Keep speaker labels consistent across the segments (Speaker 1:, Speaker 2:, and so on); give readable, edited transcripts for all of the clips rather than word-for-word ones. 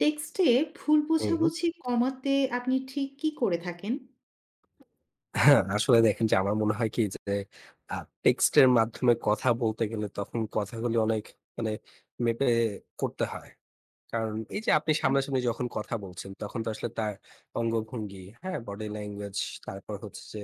Speaker 1: টেক্সটে ভুল
Speaker 2: হুম, হুম।
Speaker 1: বোঝাবুঝি কমাতে আপনি ঠিক কি করে থাকেন?
Speaker 2: হ্যাঁ, আসলে দেখেন যে আমার মনে হয় কি যে আ টেক্সট এর মাধ্যমে কথা বলতে গেলে তখন কথাগুলি অনেক মানে মেপে করতে হয়। কারণ এই যে আপনি
Speaker 1: আচ্ছা।
Speaker 2: সামনাসামনি যখন কথা বলছেন, তখন তো আসলে তার অঙ্গভঙ্গি, হ্যাঁ? বডি ল্যাঙ্গুয়েজ, তারপর হচ্ছে যে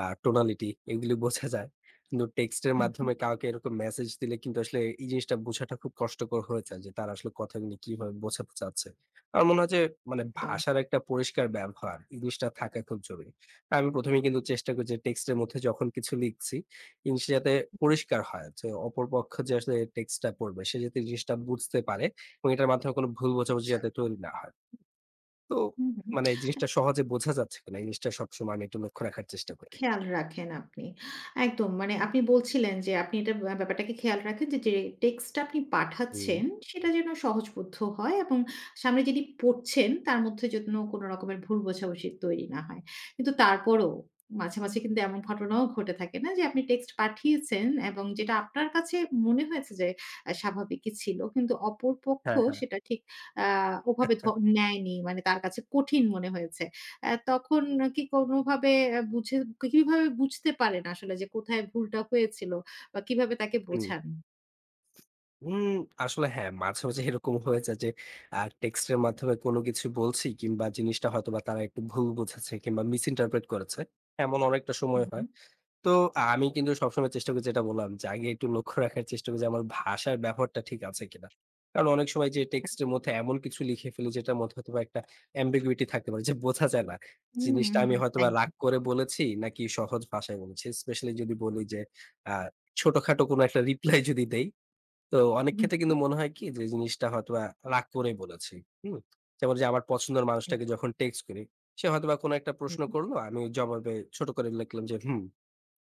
Speaker 2: টোনালিটি এগুলি বোঝা যায়। কিন্তু টেক্সটের
Speaker 1: হুম, হুম,
Speaker 2: মাধ্যমে কাউকে এরকম মেসেজ দিলে কিন্তু আসলে এই জিনিসটা বোঝাটা খুব কষ্টকর হয়ে যায় যে, তারা আসলে কথাগুলি কিভাবে বোঝাতে চাচ্ছে। আমার মনে হয় যে মানে
Speaker 1: একদম।
Speaker 2: ভাষার একটা পরিষ্কার ব্যবহার, এই জিনিসটা থাকা খুব জরুরি। আমি ১ম এই কিন্তু চেষ্টা করি যে টেক্সটের মধ্যে যখন কিছু লিখছি, জিনিসটা যাতে পরিষ্কার হয়। যে অপরপক্ষ যে আসলে টেক্সটটা পড়বে, সে যাতে জিনিসটা বুঝতে পারে এবং এটার মাধ্যমে কোনো ভুল বোঝাবুঝি
Speaker 1: আচ্ছা।
Speaker 2: যাতে তৈরি না হয়। তো
Speaker 1: হুম, হুম।
Speaker 2: মানে এই জিনিসটা সহজে বোঝা যাচ্ছে কিনা? এই জিনিসটা সবসময় আমি একটু লক্ষ্য রাখার চেষ্টা করি।
Speaker 1: খেয়াল রাখেন আপনি। একদম মানে আপনি বলছিলেন যে আপনি এটা ব্যাপারটাকে খেয়াল রাখেন যে, যে টেক্সটটা আপনি
Speaker 2: হুম,
Speaker 1: পাঠাচ্ছেন সেটা যেন সহজবোধ্য হয় এবং সামনে যিনি পড়ছেন তার মধ্যে যেন কোনো রকমের ভুল বোঝাবুঝি তৈরি না হয়। কিন্তু তারপরও মাঝে, মাঝে কিন্তু এমন ঘটনাও ঘটে থাকে না যে আপনি টেক্সট পাঠিয়েছেন এবং যেটা আপনার কাছে মনে হয়েছে যে স্বাভাবিকই ছিল। কিন্তু অপরপক্ষ
Speaker 2: হ্যাঁ, হ্যাঁ।
Speaker 1: সেটা ঠিক আ ওভাবে নেয়নি। মানে তার কাছে কঠিন মনে হয়েছে। তখন কি কোনোভাবে বুঝে কিভাবে বুঝতে পারেন আসলে যে কোথায় ভুলটা হয়েছিল বা কিভাবে তাকে
Speaker 2: হুম,
Speaker 1: বোঝান?
Speaker 2: হুম, আসলে হ্যাঁ, মাঝে, মাঝে এরকম হয়ে যায় যে টেক্সট এর মাধ্যমে কোনো কিছু বলছি কিংবা জিনিসটা হয়তোবা তারা একটু ভুল বুঝেছে কিংবা মিস ইন্টারপ্রেট করেছে। এমন অনেকটা
Speaker 1: হু,
Speaker 2: সময়
Speaker 1: হু।
Speaker 2: হয়। তো আমি কিন্তু সবসময় চেষ্টা করি যেটা বললাম যে আগে একটু লক্ষ্য রাখার চেষ্টা করি যে আমার ভাষার ব্যবহারটা ঠিক আছে কিনা। কারণ অনেক সময় যে টেক্সটের মধ্যে এমন কিছু লিখে ফেলি যেটার মধ্যে হয়তোবা একটা ambiguity থাকতে পারে যে বোঝা যায় না।
Speaker 1: হুম,
Speaker 2: জিনিসটা
Speaker 1: হুম, হুম,
Speaker 2: আমি হয়তোবা
Speaker 1: একদম।
Speaker 2: রাগ করে বলেছি নাকি সহজ ভাষায় বলেছি। স্পেশালি যদি বলি যে আ ছোটখাটো কোনো একটা রিপ্লাই যদি দেই, তো অনেক
Speaker 1: হুম,
Speaker 2: ক্ষেত্রে
Speaker 1: হুম,
Speaker 2: কিন্তু মনে হয় কি যে জিনিসটা হয়তোবা রাগ করেই বলেছি। হুম? যেমন যে আমার পছন্দের মানুষটাকে
Speaker 1: একদম।
Speaker 2: যখন টেক্সট করি, সে হয়তোবা কোনো একটা
Speaker 1: হুম।
Speaker 2: প্রশ্ন করলো, আমি জবাবে ছোট করে লিখলাম যে হুম।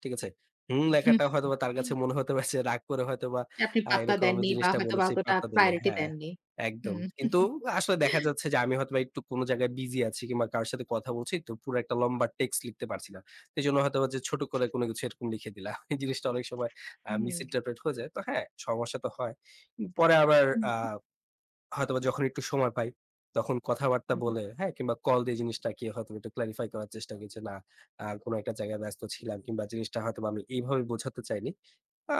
Speaker 2: ঠিক আছে? হুম
Speaker 1: হুম,
Speaker 2: লেখাটা
Speaker 1: হুম।
Speaker 2: হয়তোবা তার কাছে মনে হতে পারে যে রাগ করে হয়তোবা
Speaker 1: আপনি পাত্তা
Speaker 2: এরকম আমি
Speaker 1: দেননি বা
Speaker 2: জিনিসটা
Speaker 1: হয়তোবা
Speaker 2: বলেছি
Speaker 1: অতটা
Speaker 2: পাত্তা দেয়নি
Speaker 1: প্রায়োরিটি
Speaker 2: হ্যাঁ,
Speaker 1: দেননি।
Speaker 2: একদম।
Speaker 1: হুম।
Speaker 2: কিন্তু আসলে দেখা যাচ্ছে যে আমি হয়তোবা একটু কোন জায়গায় বিজি আছি কিংবা কারো সাথে কথা বলছি তো পুরো একটা লম্বা টেক্সট লিখতে পারছি না। এজন্য হয়তোবা যে ছোট করে কোনো কিছু এরকম লিখে দিলাম। এই জিনিসটা অনেক সময়
Speaker 1: হুম,
Speaker 2: মিস ইন্টারপ্রেট হয়ে যায়। তো হ্যাঁ, সমস্যা তো হয়। পরে আবার
Speaker 1: হুম,
Speaker 2: আ
Speaker 1: হুম,
Speaker 2: হয়তোবা যখন একটু সময় পাই, তখন কথাবার্তা
Speaker 1: হুম।
Speaker 2: বলে, হ্যাঁ? কিংবা কল দিয়ে জিনিসটাকে হয়তোবা একটু ক্লারিফাই করার চেষ্টা করি যে, না, কোনো একটা জায়গায় ব্যস্ত ছিলাম কিংবা জিনিসটা হয়তোবা আমি এইভাবে বোঝাতে চাইনি। আ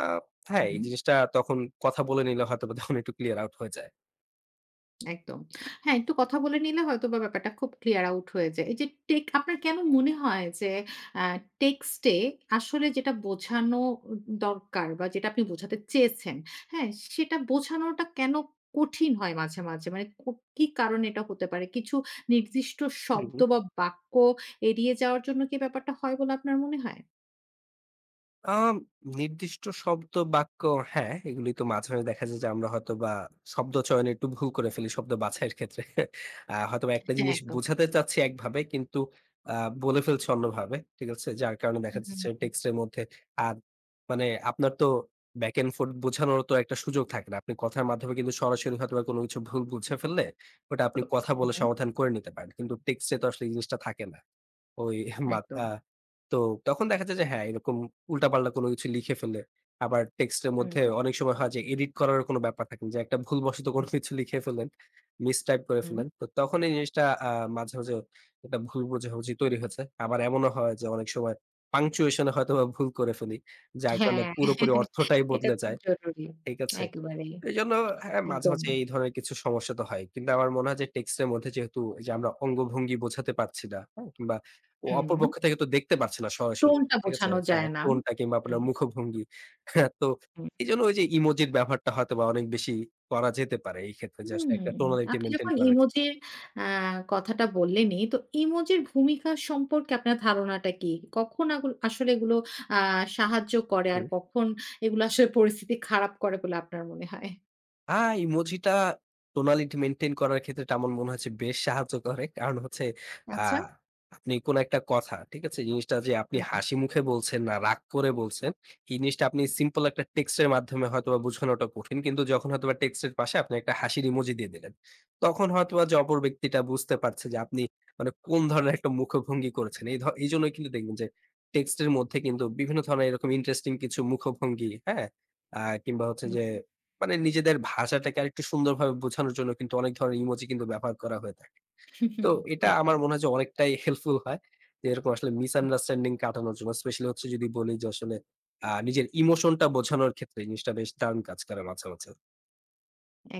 Speaker 2: হ্যাঁ, এই
Speaker 1: হুম
Speaker 2: জিনিসটা তখন কথা বলে নিলে হয়তোবা তখন একটু ক্লিয়ার আউট হয়ে যায়।
Speaker 1: একদম। হ্যাঁ, একটু কথা বলে নিলে হয়তোবা ব্যাপারটা খুব ক্লিয়ার আউট হয়ে যায়। এই যে আপনার কেন মনে হয় যে আ টেক্সটে আসলে যেটা বোঝানো দরকার বা যেটা আপনি বোঝাতে চেয়েছেন, হ্যাঁ? সেটা বোঝানোটা কেন কঠিন হয় মাঝে, মাঝে? মানে কি কারণে এটা হতে পারে? কিছু নির্দিষ্ট শব্দ
Speaker 2: হুম।
Speaker 1: বা বাক্য এড়িয়ে যাওয়ার জন্য কি ব্যাপারটা হয় বলে আপনার মনে হয়?
Speaker 2: আম নির্দিষ্ট শব্দ, বাক্য হ্যাঁ, এগুলি তো মাঝে, মাঝে দেখা যায় যে আমরা হয়তোবা শব্দ চয়নে একটু ভুল করে ফেলি শব্দ বাছাইয়ের ক্ষেত্রে। হয়তোবা একটা
Speaker 1: হ্যাঁ,
Speaker 2: জিনিস
Speaker 1: একদম।
Speaker 2: বোঝাতে চাচ্ছি একভাবে কিন্তু আ বলে ফেলছি অন্যভাবে। ঠিক আছে? যার কারণে দেখা
Speaker 1: হুম,
Speaker 2: যাচ্ছে
Speaker 1: হুম,
Speaker 2: টেক্সটের মধ্যে আর মানে আপনার তো back and forth বোঝানোর তো একটা সুযোগ থাকে না। আপনি কথার মাধ্যমে কিন্তু সরাসরি হয়তোবা কোনো কিছু ভুল বুঝে ফেললে ওটা আপনি কথা বলে সমাধান করে নিতে পারেন। কিন্তু টেক্সটে তো আসলে এই জিনিসটা থাকে না। ওই মাত
Speaker 1: একদম।
Speaker 2: আ তো তখন দেখা যায় যে হ্যাঁ, এরকম উল্টাপাল্টা কোনো কিছু লিখে ফেলে। আবার টেক্সটের
Speaker 1: হুম,
Speaker 2: মধ্যে অনেক সময় হয় যে এডিট করার কোনো ব্যাপার থাকে না। যে একটা ভুলবশত কোনো কিছু লিখে ফেললেন, মিসটাইপ করে
Speaker 1: হুম।
Speaker 2: ফেললেন। তো তখন এই জিনিসটা মাঝে, মাঝে একটা ভুল বোঝাবুঝি তৈরি হয়েছে। আবার এমনও হয় যে অনেক সময় পাংচুয়েশন এ হয়তোবা ভুল করে ফেলি। যার কারণে
Speaker 1: হ্যাঁ,
Speaker 2: পুরোপুরি অর্থটাই
Speaker 1: এটা
Speaker 2: বদলে
Speaker 1: খুব
Speaker 2: যায়।
Speaker 1: জরুরি।
Speaker 2: ঠিক আছে?
Speaker 1: একেবারেই।
Speaker 2: এজন্য হ্যাঁ, মাঝে, মাঝে
Speaker 1: একদমই।
Speaker 2: এই ধরনের কিছু সমস্যা তো হয়। কিন্তু আমার মনে হয় যে টেক্সটের মধ্যে যেহেতু এই যে আমরা অঙ্গভঙ্গি বোঝাতে পারছি না, হ্যাঁ? কিংবা
Speaker 1: হুম,
Speaker 2: অপর পক্ষ থেকে তো দেখতে পারছি না সরাসরি।
Speaker 1: টোনটা
Speaker 2: ঠিক আছে?
Speaker 1: বোঝানো
Speaker 2: হ্যাঁ,
Speaker 1: যায় না।
Speaker 2: টোনটা কিংবা আপনার
Speaker 1: হুম,
Speaker 2: মুখভঙ্গি। হ্যাঁ, তো
Speaker 1: হুম।
Speaker 2: এজন্য ওই যে ইমোজির ব্যবহারটা হয়তোবা অনেক বেশি করা যেতে পারে এই ক্ষেত্রে যে
Speaker 1: হুম,
Speaker 2: আসলে একটা টোনালিটি
Speaker 1: আপনি
Speaker 2: মেইনটেইন
Speaker 1: যখন
Speaker 2: করার ক্ষেত্রে।
Speaker 1: ইমোজির আ কথাটা বললেনই, তো ইমোজির ভূমিকা সম্পর্কে আপনার ধারণাটা কি? কখন আসলে এগুলো আ সাহায্য করে আর
Speaker 2: হুম।
Speaker 1: কখন এগুলো আসলে পরিস্থিতি খারাপ করে বলে আপনার মনে হয়?
Speaker 2: আ ইমোজিটা টোনালিটি মেইনটেইন করার ক্ষেত্রে আমার মনে হচ্ছে বেশ সাহায্য করে। কারণ হচ্ছে আ
Speaker 1: আচ্ছা।
Speaker 2: আপনি কোন একটা কথা, ঠিক আছে? জিনিসটা যে আপনি
Speaker 1: হুম,
Speaker 2: হাসি মুখে বলছেন না রাগ করে বলছেন, এই জিনিসটা আপনি সিম্পল একটা টেক্সটের মাধ্যমে হয়তোবা বোঝানোটা কঠিন। কিন্তু যখন হয়তোবা টেক্সটের পাশে আপনি একটা হাসির ইমোজি দিয়ে দিলেন, তখন হয়তোবা যে অপর ব্যক্তিটা বুঝতে পারছে যে আপনি মানে কোন ধরনের একটা মুখভঙ্গি করেছেন। এই এইজন্যই কিন্তু দেখবেন যে টেক্সটের মধ্যে কিন্তু বিভিন্ন ধরনের এরকম ইন্টারেস্টিং কিছু মুখভঙ্গি, হ্যাঁ? আ কিংবা হচ্ছে যে
Speaker 1: হুম।
Speaker 2: মানে নিজেদের ভাষাটাকে আরেকটু সুন্দরভাবে বোঝানোর জন্য কিন্তু অনেক ধরনের ইমোজি কিন্তু ব্যবহার করা হয়ে থাকে। তো এটা
Speaker 1: একদম।
Speaker 2: আমার মনে হয় যে অনেকটাই হেল্পফুল হয়। যে এরকম আসলে মিসআন্ডারস্ট্যান্ডিং কাটানোর জন্য স্পেশালি হচ্ছে যদি বলি যে আসলে নিজের ইমোশনটা বোঝানোর ক্ষেত্রে এই জিনিসটা বেশ দারুণ কাজ করে মাঝে, মাঝে।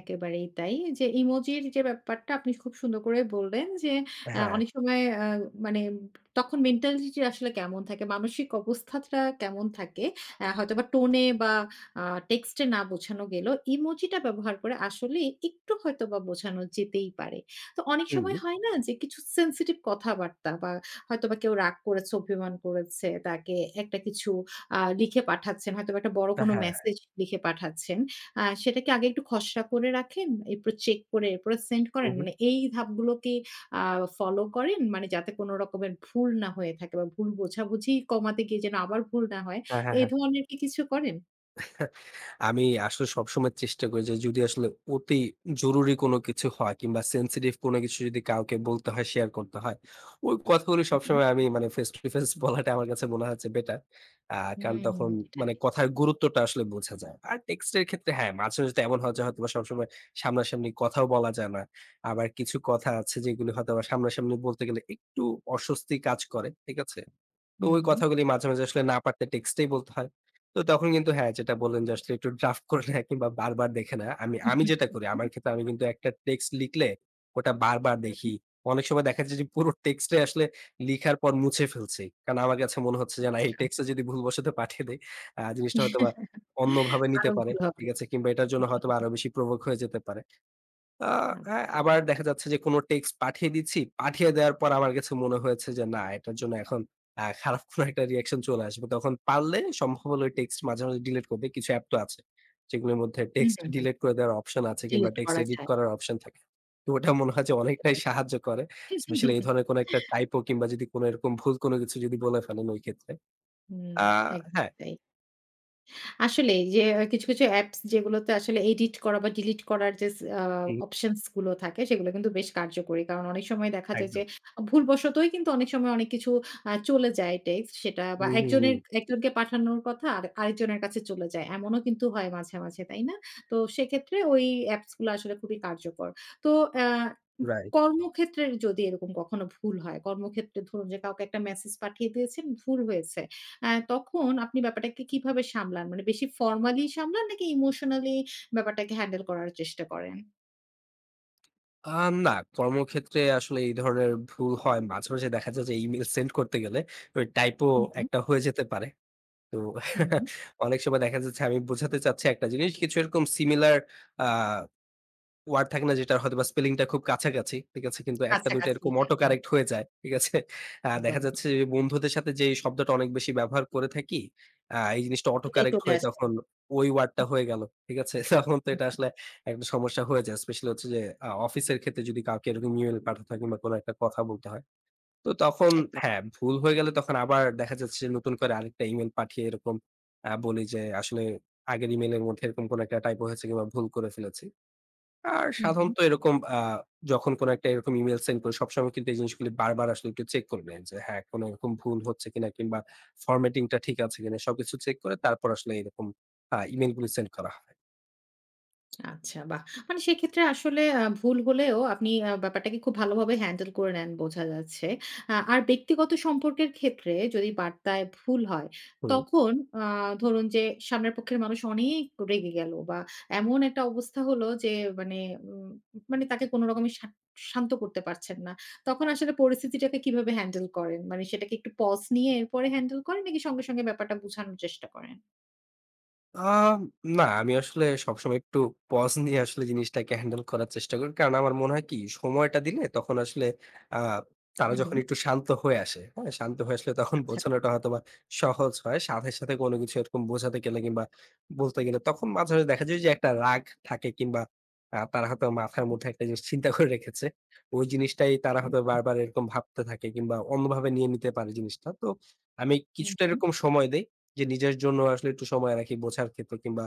Speaker 1: একেবারেই তাই। যে ইমোজির যে ব্যাপারটা আপনি খুব সুন্দর করে বললেন যে আ
Speaker 2: হ্যাঁ।
Speaker 1: অনেক সময় আ মানে তখন মেন্টালিটি আসলে কেমন থাকে, মানসিক অবস্থাটা কেমন থাকে, হয়তোবা টোনে বা আ টেক্সটে না বোঝানো গেলেও ইমোজিটা ব্যবহার করে আসলে একটু হয়তোবা বোঝানো যেতেই পারে। তো অনেক
Speaker 2: হুম।
Speaker 1: সময় হয় না যে কিছু সেনসিটিভ কথাবার্তা বা হয়তোবা কেউ রাগ করেছে, অভিমান করেছে, তাকে একটা কিছু লিখে পাঠাচ্ছেন, হয়তোবা একটা বড় কোনো
Speaker 2: হ্যাঁ।
Speaker 1: মেসেজ লিখে পাঠাচ্ছেন। সেটা কি আগে একটু খসড়া করে রাখেন, এরপর চেক করে এরপরে সেন্ড
Speaker 2: হু,
Speaker 1: করেন?
Speaker 2: হু।
Speaker 1: মানে এই ধাপগুলো কি আ ফলো করেন? মানে যাতে কোন রকমের ভুল না হয়ে থাকে বা ভুল বোঝাবুঝি কমাতে গিয়ে যেন আবার ভুল না হয়,
Speaker 2: হ্যাঁ, হ্যাঁ,
Speaker 1: এই
Speaker 2: হ্যাঁ।
Speaker 1: ধরনের কি কিছু করেন?
Speaker 2: আমি আসলে সবসময় চেষ্টা করি যে যদি আসলে অতি জরুরি কোনো কিছু হয় কিংবা সেনসিটিভ কোনো কিছু যদি কাউকে বলতে হয়, শেয়ার করতে হয়, ওই কথাগুলি
Speaker 1: হুম,
Speaker 2: সবসময় আমি মানে ফেস টু ফেস বলাটা আমার কাছে মনে হচ্ছে বেটার। আ কারণ
Speaker 1: হুম,
Speaker 2: তখন
Speaker 1: এটা ঠিক।
Speaker 2: মানে কথার গুরুত্বটা আসলে বোঝা যায়। আর টেক্সটের ক্ষেত্রে হ্যাঁ, মাঝে, মাঝে তো এমন হয় যে হয়তোবা সবসময় সামনাসামনি কথাও বলা যায় না। আবার কিছু কথা আছে যেগুলো হয়তোবা সামনাসামনি বলতে গেলে একটু অস্বস্তি কাজ করে। ঠিক আছে? তো
Speaker 1: হুম,
Speaker 2: ওই
Speaker 1: হুম।
Speaker 2: কথাগুলি মাঝে, মাঝে আসলে না পারতে টেক্সটেই বলতে হয়। তো তখন কিন্তু হ্যাঁ, যেটা বললেন যে আসলে একটু ড্রাফট করে নেয়া কিংবা বারবার দেখে নেয়া। আমি আমি যেটা করি আমার ক্ষেত্রে আমি কিন্তু একটা টেক্সট লিখলে ওটা বারবার
Speaker 1: হুম,
Speaker 2: দেখি। অনেক সময় দেখা যায় যে পুরো টেক্সটটাই আসলে লিখার পর মুছে ফেলছি। কারণ আমার কাছে মনে হচ্ছে যে না এই
Speaker 1: আচ্ছা।
Speaker 2: টেক্সটে যদি ভুলবশত পাঠিয়ে দেই জিনিসটা হয়তোবা অন্যভাবে নিতে
Speaker 1: আরো
Speaker 2: পারে।
Speaker 1: ভুল হবে।
Speaker 2: ঠিক আছে? কিংবা এটার জন্য
Speaker 1: হুম,
Speaker 2: হয়তোবা আরো বেশি প্রভোক হয়ে যেতে পারে। আ হ্যাঁ,
Speaker 1: আচ্ছা।
Speaker 2: আবার দেখা যাচ্ছে যে কোন টেক্সট পাঠিয়ে দিচ্ছি। পাঠিয়ে দেওয়ার পর আমার কাছে মনে হয়েছে যে না এটার জন্য এখন খারাপ কোন একটা রিঅ্যাকশন চলে আসবে। তখন পারলে সম্ভব হলে ওই টেক্সট মাঝে, মাঝে ডিলিট করবে। কিছু অ্যাপ তো আছে। যেগুলোর মধ্যে
Speaker 1: হুম,
Speaker 2: টেক্সট
Speaker 1: হুম, হুম।
Speaker 2: ডিলিট করে দেওয়ার অপশন আছে কিংবা
Speaker 1: ডিলিট
Speaker 2: টেক্সট
Speaker 1: করা
Speaker 2: এডিট
Speaker 1: যায়।
Speaker 2: করার অপশন থাকে। তো ওটা মনে হয় যে অনেকটাই
Speaker 1: একেবারে।
Speaker 2: সাহায্য করে। স্পেশালি এই ধরনের কোন একটা টাইপো কিংবা যদি কোন এরকম ভুল কোন কিছু যদি বলে ফেলেন ওই ক্ষেত্রে।
Speaker 1: হুম,
Speaker 2: আ হ্যাঁ,
Speaker 1: একদমই তাই। আসলেই যে কিছু, কিছু অ্যাপস যেগুলোতে আসলে এডিট করা বা ডিলিট করার যে স আ
Speaker 2: হুম,
Speaker 1: অপশনস গুলো থাকে সেগুলো কিন্তু বেশ কার্যকরী। কারণ অনেক সময় দেখা যায় যে
Speaker 2: একদম।
Speaker 1: ভুলবশতই কিন্তু অনেক সময় অনেক কিছু চলে যায় টেক্সট সেটা বা
Speaker 2: হুম, হুম,
Speaker 1: একজনের
Speaker 2: হুম।
Speaker 1: একজনকে পাঠানোর কথা আর আরেকজনের কাছে চলে যায়। এমনও কিন্তু হয় মাঝে, মাঝে, তাই না? তো সেক্ষেত্রে ওই অ্যাপস গুলো আসলে খুবই কার্যকর। তো অ্যা উম
Speaker 2: রাইট।
Speaker 1: কর্মক্ষেত্রের যদি এরকম কখনো ভুল হয়, কর্মক্ষেত্রে ধরুন যে কাউকে একটা মেসেজ পাঠিয়ে দিয়েছেন, ভুল হয়েছে। হ্যাঁ, তখন আপনি ব্যাপারটাকে কিভাবে সামলান? মানে বেশি ফর্মালি সামলান নাকি ইমোশনালি ব্যাপারটাকে হ্যান্ডেল করার চেষ্টা করেন?
Speaker 2: না, কর্মক্ষেত্রে আসলে এই ধরনের ভুল হয়। মাঝে, মাঝে দেখা যায় যে ইমেইল সেন্ড করতে গেলে ওই টাইপো
Speaker 1: হুম, হুম,
Speaker 2: একটা হয়ে যেতে পারে। তো
Speaker 1: হুম, হুম।
Speaker 2: অনেক সময় দেখা যাচ্ছে আমি বোঝাতে চাচ্ছি একটা জিনিস। কিছু এরকম সিমিলার আ ওয়ার্ড থাকে না যেটার হয়তোবা স্পেলিংটা খুব কাছাকাছি। ঠিক আছে? কিন্তু ১ টা ২ টা
Speaker 1: কাছাকাছি।
Speaker 2: এরকম
Speaker 1: হুম,
Speaker 2: অটো
Speaker 1: হুম,
Speaker 2: কারেক্ট হয়ে যায়। ঠিক আছে?
Speaker 1: একদম,
Speaker 2: দেখা যাচ্ছে যে
Speaker 1: একদম।
Speaker 2: বন্ধুদের সাথে যে এই শব্দটা অনেক বেশি ব্যবহার করে থাকি, এই জিনিসটা অটো
Speaker 1: ওটাই
Speaker 2: কারেক্ট
Speaker 1: চলে
Speaker 2: হয়ে
Speaker 1: আসে।
Speaker 2: তখন ওই ওয়ার্ডটা
Speaker 1: হুম,
Speaker 2: হয়ে গেল। ঠিক আছে? তখন তো এটা
Speaker 1: হুম,
Speaker 2: আসলে একটা সমস্যা হয়ে যায়। স্পেশালি হচ্ছে যে অফিসের ক্ষেত্রে যদি কাউকে এরকম ইমেইল পাঠাতে হয় কিংবা কোনো একটা কথা বলতে হয়। তো তখন
Speaker 1: একদম।
Speaker 2: হ্যাঁ, ভুল হয়ে গেলে তখন আবার দেখা যাচ্ছে যে নতুন করে আরেকটা ইমেইল পাঠিয়ে এরকম বলি যে আসলে আগের ইমেইলের মধ্যে এরকম কোনো একটা টাইপো হয়েছে কিংবা ভুল করে ফেলেছি। আর
Speaker 1: হুম, হুম।
Speaker 2: সাধারণত এরকম যখন কোন একটা এরকম ইমেইল সেন্ড করি সবসময় কিন্তু এই জিনিসগুলি বারবার আসলে একটু চেক করে নেই যে হ্যাঁ, কোন এরকম ভুল হচ্ছে কিনা কিংবা ফরম্যাটিং টা ঠিক আছে কিনা সবকিছু চেক করে তারপর আসলে এরকম ইমেইল গুলি সেন্ড করা হয়।
Speaker 1: আচ্ছা বাহ! মানে সেক্ষেত্রে আসলে ভুল হলেও আপনি ব্যাপারটাকে খুব ভালোভাবে হ্যান্ডেল করে নেন বোঝা যাচ্ছে। আ আর ব্যক্তিগত সম্পর্কের ক্ষেত্রে যদি বার্তায় ভুল হয়,
Speaker 2: হুম।
Speaker 1: তখন আ ধরুন যে সামনের পক্ষের মানুষ অনেক রেগে গেল বা এমন একটা অবস্থা হলো যে মানে উম মানে তাকে কোনো রকমের শান্ত করতে পারছেন না। তখন আসলে পরিস্থিতিটাকে কিভাবে হ্যান্ডেল করেন? মানে সেটাকে একটু পজ নিয়ে এরপরে হ্যান্ডেল করেন নাকি সঙ্গে, সঙ্গে ব্যাপারটা বুঝানোর চেষ্টা করেন?
Speaker 2: আ না, আমি আসলে সবসময় একটু পজ নিয়ে আসলে জিনিসটাকে হ্যান্ডেল করার চেষ্টা করি। কারণ আমার মনে হয় কি সময়টা দিলে তখন আসলে আ
Speaker 1: হু,
Speaker 2: তারা
Speaker 1: হু।
Speaker 2: যখন একটু শান্ত হয়ে আসে, হ্যাঁ? শান্ত হয়ে আসলে তখন
Speaker 1: আচ্ছা।
Speaker 2: বোঝানোটা হয়তোবা সহজ হয়। সাথে, সাথে কোনো কিছু এরকম বোঝাতে গেলে কিংবা বলতে গেলে তখন মাঝে, মাঝে দেখা যায় যে একটা রাগ থাকে কিংবা তারা হয়তো মাথার মধ্যে একটা জিনিস চিন্তা করে রেখেছে। ওই জিনিসটাই তারা
Speaker 1: হুম,
Speaker 2: হয়তো বারবার এরকম ভাবতে থাকে কিংবা অন্যভাবে নিয়ে নিতে পারে জিনিসটা। তো আমি কিছুটা
Speaker 1: হুম,
Speaker 2: এরকম সময় দেই। যে নিজের জন্য আসলে একটু সময় রাখি বোঝার ক্ষেত্রে কিংবা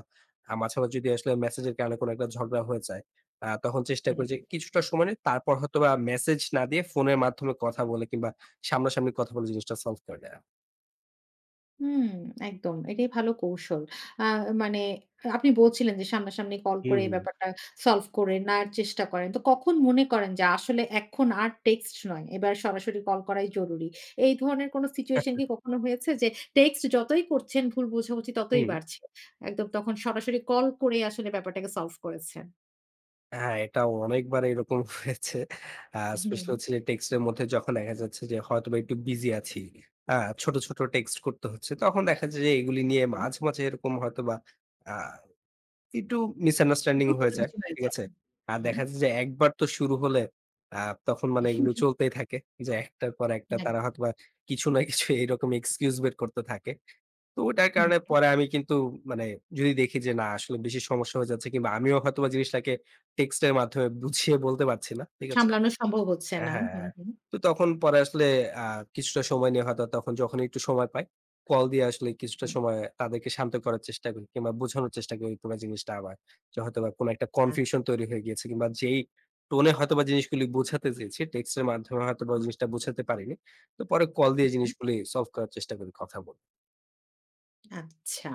Speaker 2: মাঝামাঝি যদি আসলে মেসেজের কারণে কোনো একটা ঝগড়া হয়ে যায়, তখন চেষ্টা করি
Speaker 1: হুম।
Speaker 2: যে কিছুটা সময় নিয়ে তারপর হয়তোবা মেসেজ না দিয়ে ফোনের মাধ্যমে কথা বলে কিংবা সামনাসামনি কথা বলে জিনিসটা সলভ করে দেয়া।
Speaker 1: হুম, একদম। এটাই ভালো কৌশল। আ মানে আপনি বলছিলেন যে সামনাসামনি কল করে
Speaker 2: হুম,
Speaker 1: এই
Speaker 2: হুম।
Speaker 1: ব্যাপারটা সলভ করে নেওয়ার চেষ্টা করেন। তো কখন মনে করেন যে আসলে এখন আর টেক্সট নয়, এবার সরাসরি কল করাই জরুরি? এই ধরনের কোনো সিচুয়েশন কি কখনো হয়েছে যে টেক্সট যতই করছেন ভুল বোঝাবুঝি ততই
Speaker 2: হুম।
Speaker 1: বাড়ছে? একদম তখন সরাসরি কল করে আসলে ব্যাপারটাকে সলভ করেছেন।
Speaker 2: হ্যাঁ, এটা অনেকবার এরকম হয়েছে। আ
Speaker 1: হুম,
Speaker 2: স্পেশালি হচ্ছে যে টেক্সটের মধ্যে যখন দেখা যাচ্ছে যে হয়তোবা একটু বিজি আছি। আ ছোট, ছোট টেক্সট করতে হচ্ছে। তখন দেখা যায় যে এগুলি নিয়ে
Speaker 1: হুম।
Speaker 2: মাঝে, মাঝে এরকম হয়তোবা আ একটু মিসআন্ডারস্ট্যান্ডিং
Speaker 1: ভুল
Speaker 2: হয়ে যায়।
Speaker 1: বোঝাবুঝি হয়ে
Speaker 2: ঠিক
Speaker 1: যায়।
Speaker 2: আছে? আর
Speaker 1: হুম,
Speaker 2: দেখা যায় যে একবার তো শুরু হলে আ তখন মানে এগুলো চলতেই থাকে। যে একটার পর একটা
Speaker 1: হুম,
Speaker 2: তারা
Speaker 1: একদম।
Speaker 2: হয়তোবা কিছু না কিছু এরকম এক্সকিউজ বের করতে থাকে। তো ওটার
Speaker 1: হুম,
Speaker 2: কারণে পরে আমি কিন্তু মানে যদি দেখি যে না আসলে বেশি সমস্যা হয়ে যাচ্ছে কিংবা আমিও হয়তোবা জিনিসটাকে টেক্সট এর মাধ্যমে বুঝিয়ে বলতে পারছি না। ঠিক আছে?
Speaker 1: সামলানো সম্ভব হচ্ছে না। হুম,
Speaker 2: হ্যাঁ।
Speaker 1: হুম,
Speaker 2: তো তখন পরে আসলে আ কিছুটা সময় নিয়ে হয়তো তখন যখন একটু সময় পাই, কল দিয়ে আসলে কিছুটা
Speaker 1: হুম।
Speaker 2: সময় তাদেরকে শান্ত করার চেষ্টা করি কিংবা বোঝানোর চেষ্টা করি পুরা জিনিসটা আবার। যে হয়তোবা কোন একটা
Speaker 1: আচ্ছা।
Speaker 2: কনফিউশন তৈরি হয়ে গিয়েছে কিংবা যেই টোনে হয়তোবা জিনিসগুলি বোঝাতে চেয়েছি, টেক্সটের মাধ্যমে হয়তোবা
Speaker 1: হুম,
Speaker 2: জিনিসটা বোঝাতে পারিনি। তো পরে কল দিয়ে
Speaker 1: হুম।
Speaker 2: জিনিসগুলি সলভ করার চেষ্টা করি কথা বলে।
Speaker 1: আচ্ছা।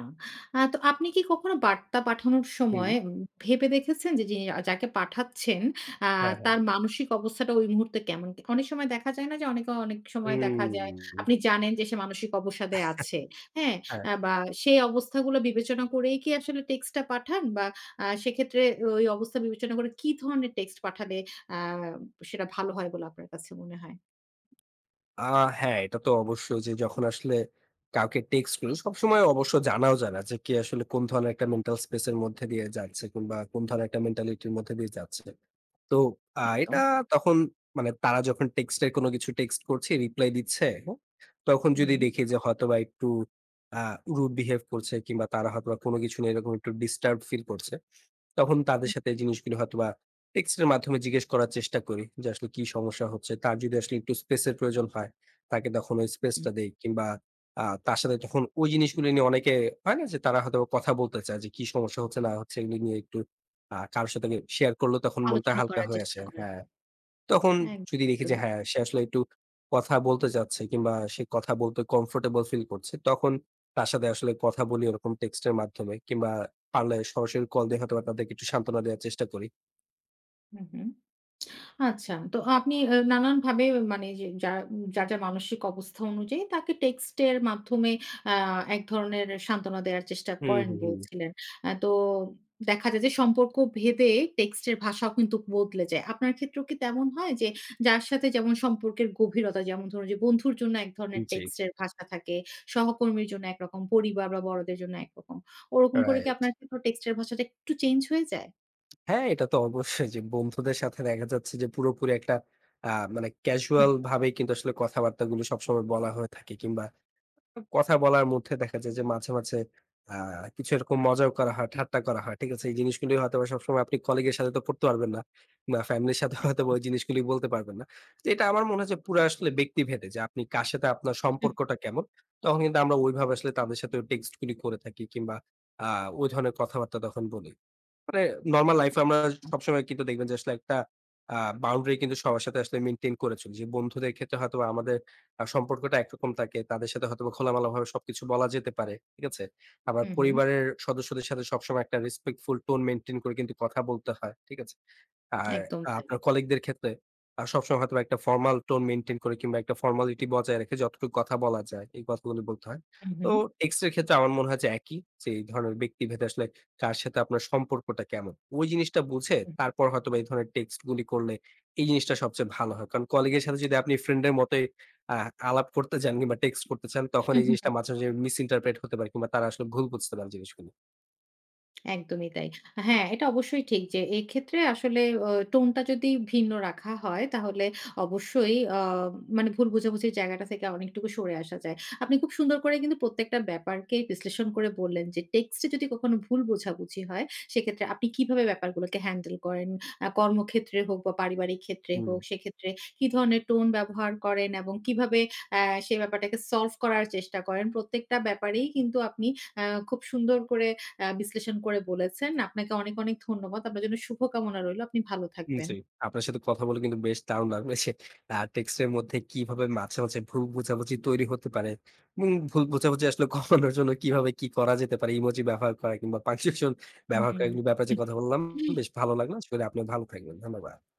Speaker 1: আ তো আপনি কি কখনো বার্তা পাঠানোর
Speaker 2: হুম।
Speaker 1: সময় ভেবে দেখেছেন যে, যিনি যাকে পাঠাচ্ছেন আ
Speaker 2: হ্যাঁ, হ্যাঁ।
Speaker 1: তার মানসিক অবস্থাটা ওই মুহূর্তে কেমন? অনেক সময় দেখা যায় না যে, অনেকে অনেক সময় দেখা যায়
Speaker 2: হুম।
Speaker 1: আপনি জানেন যে, সে মানসিক অবসাদে আছে। হ্যাঁ?
Speaker 2: হ্যাঁ।
Speaker 1: বা সেই অবস্থাগুলো বিবেচনা করেই কি আসলে টেক্সটটা পাঠান? বা সেক্ষেত্রে ওই অবস্থা বিবেচনা করে কি ধরনের টেক্সট পাঠালে আ সেটা ভালো হয় বলে আপনার কাছে মনে হয়?
Speaker 2: আ হ্যাঁ, এটা তো অবশ্যই যে যখন আসলে কাউকে টেক্সট করি, সবসময় অবশ্য জানাও যায় না যে কে আসলে কোন ধরনের একটা মেন্টাল স্পেস এর মধ্যে দিয়ে যাচ্ছে কিংবা কোন ধরনের একটা মেন্টালিটির মধ্যে দিয়ে যাচ্ছে। তো
Speaker 1: একদম।
Speaker 2: এটা তখন মানে তারা যখন টেক্সটের কোনো কিছু টেক্সট করছে, রিপ্লাই দিচ্ছে, হ্যাঁ? তখন
Speaker 1: হুম,
Speaker 2: যদি দেখি যে হয়তোবা একটু আ রুড বিহেভ করছে কিংবা তারা হয়তোবা কোনো কিছু নিয়ে এরকম একটু ডিস্টার্ব ফিল করছে। তখন তাদের
Speaker 1: হুম,
Speaker 2: সাথে এই জিনিসগুলো হয়তোবা টেক্সটের মাধ্যমে জিজ্ঞেস করার চেষ্টা করি যে আসলে কি সমস্যা হচ্ছে। তার যদি আসলে একটু স্পেসের প্রয়োজন হয়, তাকে তখন ওই
Speaker 1: হুম।
Speaker 2: স্পেসটা দেই কিংবা তার সাথে তখন ওই জিনিসগুলো নিয়ে অনেকে হয় না যে তারা হয়তোবা কথা বলতে চায় যে কি সমস্যা হচ্ছে না হচ্ছে এগুলো নিয়ে একটু কারো সাথে শেয়ার করলেও তখন মনটা
Speaker 1: আলোচনা
Speaker 2: হালকা
Speaker 1: করার
Speaker 2: হয়ে
Speaker 1: চেষ্টা
Speaker 2: আসে।
Speaker 1: করেন।
Speaker 2: হ্যাঁ। তখন
Speaker 1: একদম,
Speaker 2: যদি দেখি
Speaker 1: একদম।
Speaker 2: যে হ্যাঁ, সে আসলে একটু কথা বলতে চাচ্ছে কিংবা সে কথা বলতে কমফোর্টেবল ফিল করছে, তখন তার সাথে আসলে কথা বলি ওরকম টেক্সটের মাধ্যমে কিংবা পারলে সরাসরি কল দিয়ে হয়তোবা তাদেরকে একটু সান্ত্বনা দেওয়ার চেষ্টা করি।
Speaker 1: হুম, হুম। আচ্ছা। তো আপনি নানানভাবে মানে যার মানসিক অবস্থা অনুযায়ী তাকে টেক্সটের মাধ্যমে আ এক ধরনের সান্ত্বনা দেওয়ার চেষ্টা
Speaker 2: হুম,
Speaker 1: করেন
Speaker 2: হুম, হুম।
Speaker 1: বলছিলেন। আ তো দেখা যায় যে সম্পর্ক ভেদে টেক্সটের ভাষাও কিন্তু বদলে যায়। আপনার ক্ষেত্রেও কি তেমন হয় যে যার সাথে যেমন সম্পর্কের গভীরতা যেমন ধরুন যে বন্ধুর জন্য এক ধরনের
Speaker 2: জি।
Speaker 1: টেক্সটের ভাষা থাকে, সহকর্মীর জন্য একরকম, পরিবার বা বড়দের জন্য একরকম। ওরকম করে কি
Speaker 2: রাইট।
Speaker 1: আপনার ক্ষেত্রেও টেক্সটের ভাষাটা একটু চেঞ্জ হয়ে যায়?
Speaker 2: হ্যাঁ, এটা তো অবশ্যই যে বন্ধুদের সাথে দেখা যাচ্ছে যে পুরোপুরি একটা আ মানে
Speaker 1: হুম।
Speaker 2: ক্যাজুয়াল ভাবেই কিন্তু আসলে কথাবার্তাগুলো সবসময় বলা হয়ে থাকে কিংবা কথা বলার মধ্যে দেখা যায় যে মাঝে, মাঝে আ কিছু এরকম মজাও করা হয়, ঠাট্টা করা হয়। ঠিক আছে? এই জিনিসগুলি হয়তোবা সবসময় আপনি কলিগের সাথে তো করতে পারবেন না। বা ফ্যামিলির সাথে হয়তোবা
Speaker 1: একদম।
Speaker 2: ওই জিনিসগুলি বলতে পারবেন না। তো এটা আমার মনে হয় যে পুরা আসলে ব্যক্তিভেদে যে আপনি কার সাথে আপনার
Speaker 1: হুম।
Speaker 2: সম্পর্কটা কেমন? তখন কিন্তু আমরা ওইভাবে আসলে তাদের সাথে ওই টেক্সট গুলি করে থাকি কিংবা আ ওই ধরনের কথাবার্তা তখন বলি। মানে নরমাল লাইফ এ আমরা
Speaker 1: আচ্ছা।
Speaker 2: সবসময় কিন্তু দেখবেন যে আসলে একটা আ বাউন্ডারি কিন্তু সবার সাথে আসলে মেইনটেইন করে চলি। যে বন্ধুদের ক্ষেত্রে হয়তোবা আমাদের সম্পর্কটা একরকম থাকে। তাদের সাথে হয়তোবা খোলামেলাভাবে সবকিছু বলা যেতে পারে। ঠিক আছে? আবার
Speaker 1: হুম, হুম।
Speaker 2: পরিবারের সদস্যদের সাথে সবসময় একটা রেসপেক্টফুল টোন মেইনটেইন করে কিন্তু কথা বলতে হয়। ঠিক আছে? আর
Speaker 1: একদম তাই।
Speaker 2: আপনার কলিগদের ক্ষেত্রে সবসময় হয়তোবা একটা ফরমাল টোন মেইনটেইন করে কিংবা একটা ফর্মালিটি বজায় রেখে যতটুকু কথা বলা যায়, এই কথাগুলো বলতে হয়।
Speaker 1: হু, হু।
Speaker 2: তো টেক্সট এর ক্ষেত্রে আমার মনে হয় যে একই। যে এই ধরনের ব্যক্তিভেদে আসলে কার সাথে আপনার সম্পর্কটা কেমন? ওই জিনিসটা বুঝে তারপর হয়তোবা এই ধরনের টেক্সট গুলি করলে এই জিনিসটা সবচেয়ে ভালো হয়। কারণ কলিগের সাথে যদি আপনি ফ্রেন্ডের মতোই আ আলাপ করতে চান কিংবা টেক্সট করতে চান তখন এই
Speaker 1: হুম।
Speaker 2: জিনিসটা মাঝে, মাঝে মিস ইন্টারপ্রেট হতে পারে কিংবা তারা আসলে ভুল বুঝতে পারে জিনিসগুলো।
Speaker 1: একদমই তাই। হ্যাঁ, এটা অবশ্যই ঠিক যে এক্ষেত্রে আসলে টোনটা যদি ভিন্ন রাখা হয় তাহলে অবশ্যই মানে ভুল বোঝাবুঝির জায়গাটা থেকে অনেকটুকু সরে আসা যায়। আপনি খুব সুন্দর করে কিন্তু প্রত্যেকটা ব্যাপারকে বিশ্লেষণ করে বললেন যে টেক্সটে যদি কখনো ভুল বোঝাবুঝি হয় সেক্ষেত্রে আপনি কিভাবে ব্যাপারগুলোকে হ্যান্ডেল করেন। কর্মক্ষেত্রে হোক বা পারিবারিক ক্ষেত্রে
Speaker 2: হুম।
Speaker 1: হোক সেক্ষেত্রে কি ধরনের টোন ব্যবহার করেন এবং কিভাবে অ্যা সেই ব্যাপারটাকে সলভ করার চেষ্টা করেন। প্রত্যেকটা ব্যাপারেই কিন্তু আপনি খুব সুন্দর করে বিশ্লেষণ করে বলেছেন। আপনাকে অনেক, অনেক ধন্যবাদ। আপনার জন্য শুভকামনা রইল। আপনি ভালো থাকবেন।
Speaker 2: জি। আপনার সাথে কথা বলে কিন্তু বেশ দারুণ লাগলো যে টেক্সটের মধ্যে কিভাবে মাঝে, মাঝে ভুল বোঝাবুঝি তৈরি হতে পারে এবং ভুল বোঝাবুঝি আসলে কমানোর জন্য কিভাবে কি করা যেতে পারে? ইমোজি ব্যবহার করা কিংবা punctuation ব্যবহার
Speaker 1: হুম।
Speaker 2: করা এগুলো ব্যাপারে যে কথা বললাম বেশ ভালো লাগলো। আশা করি আপনিও ভালো থাকবেন। ধন্যবাদ।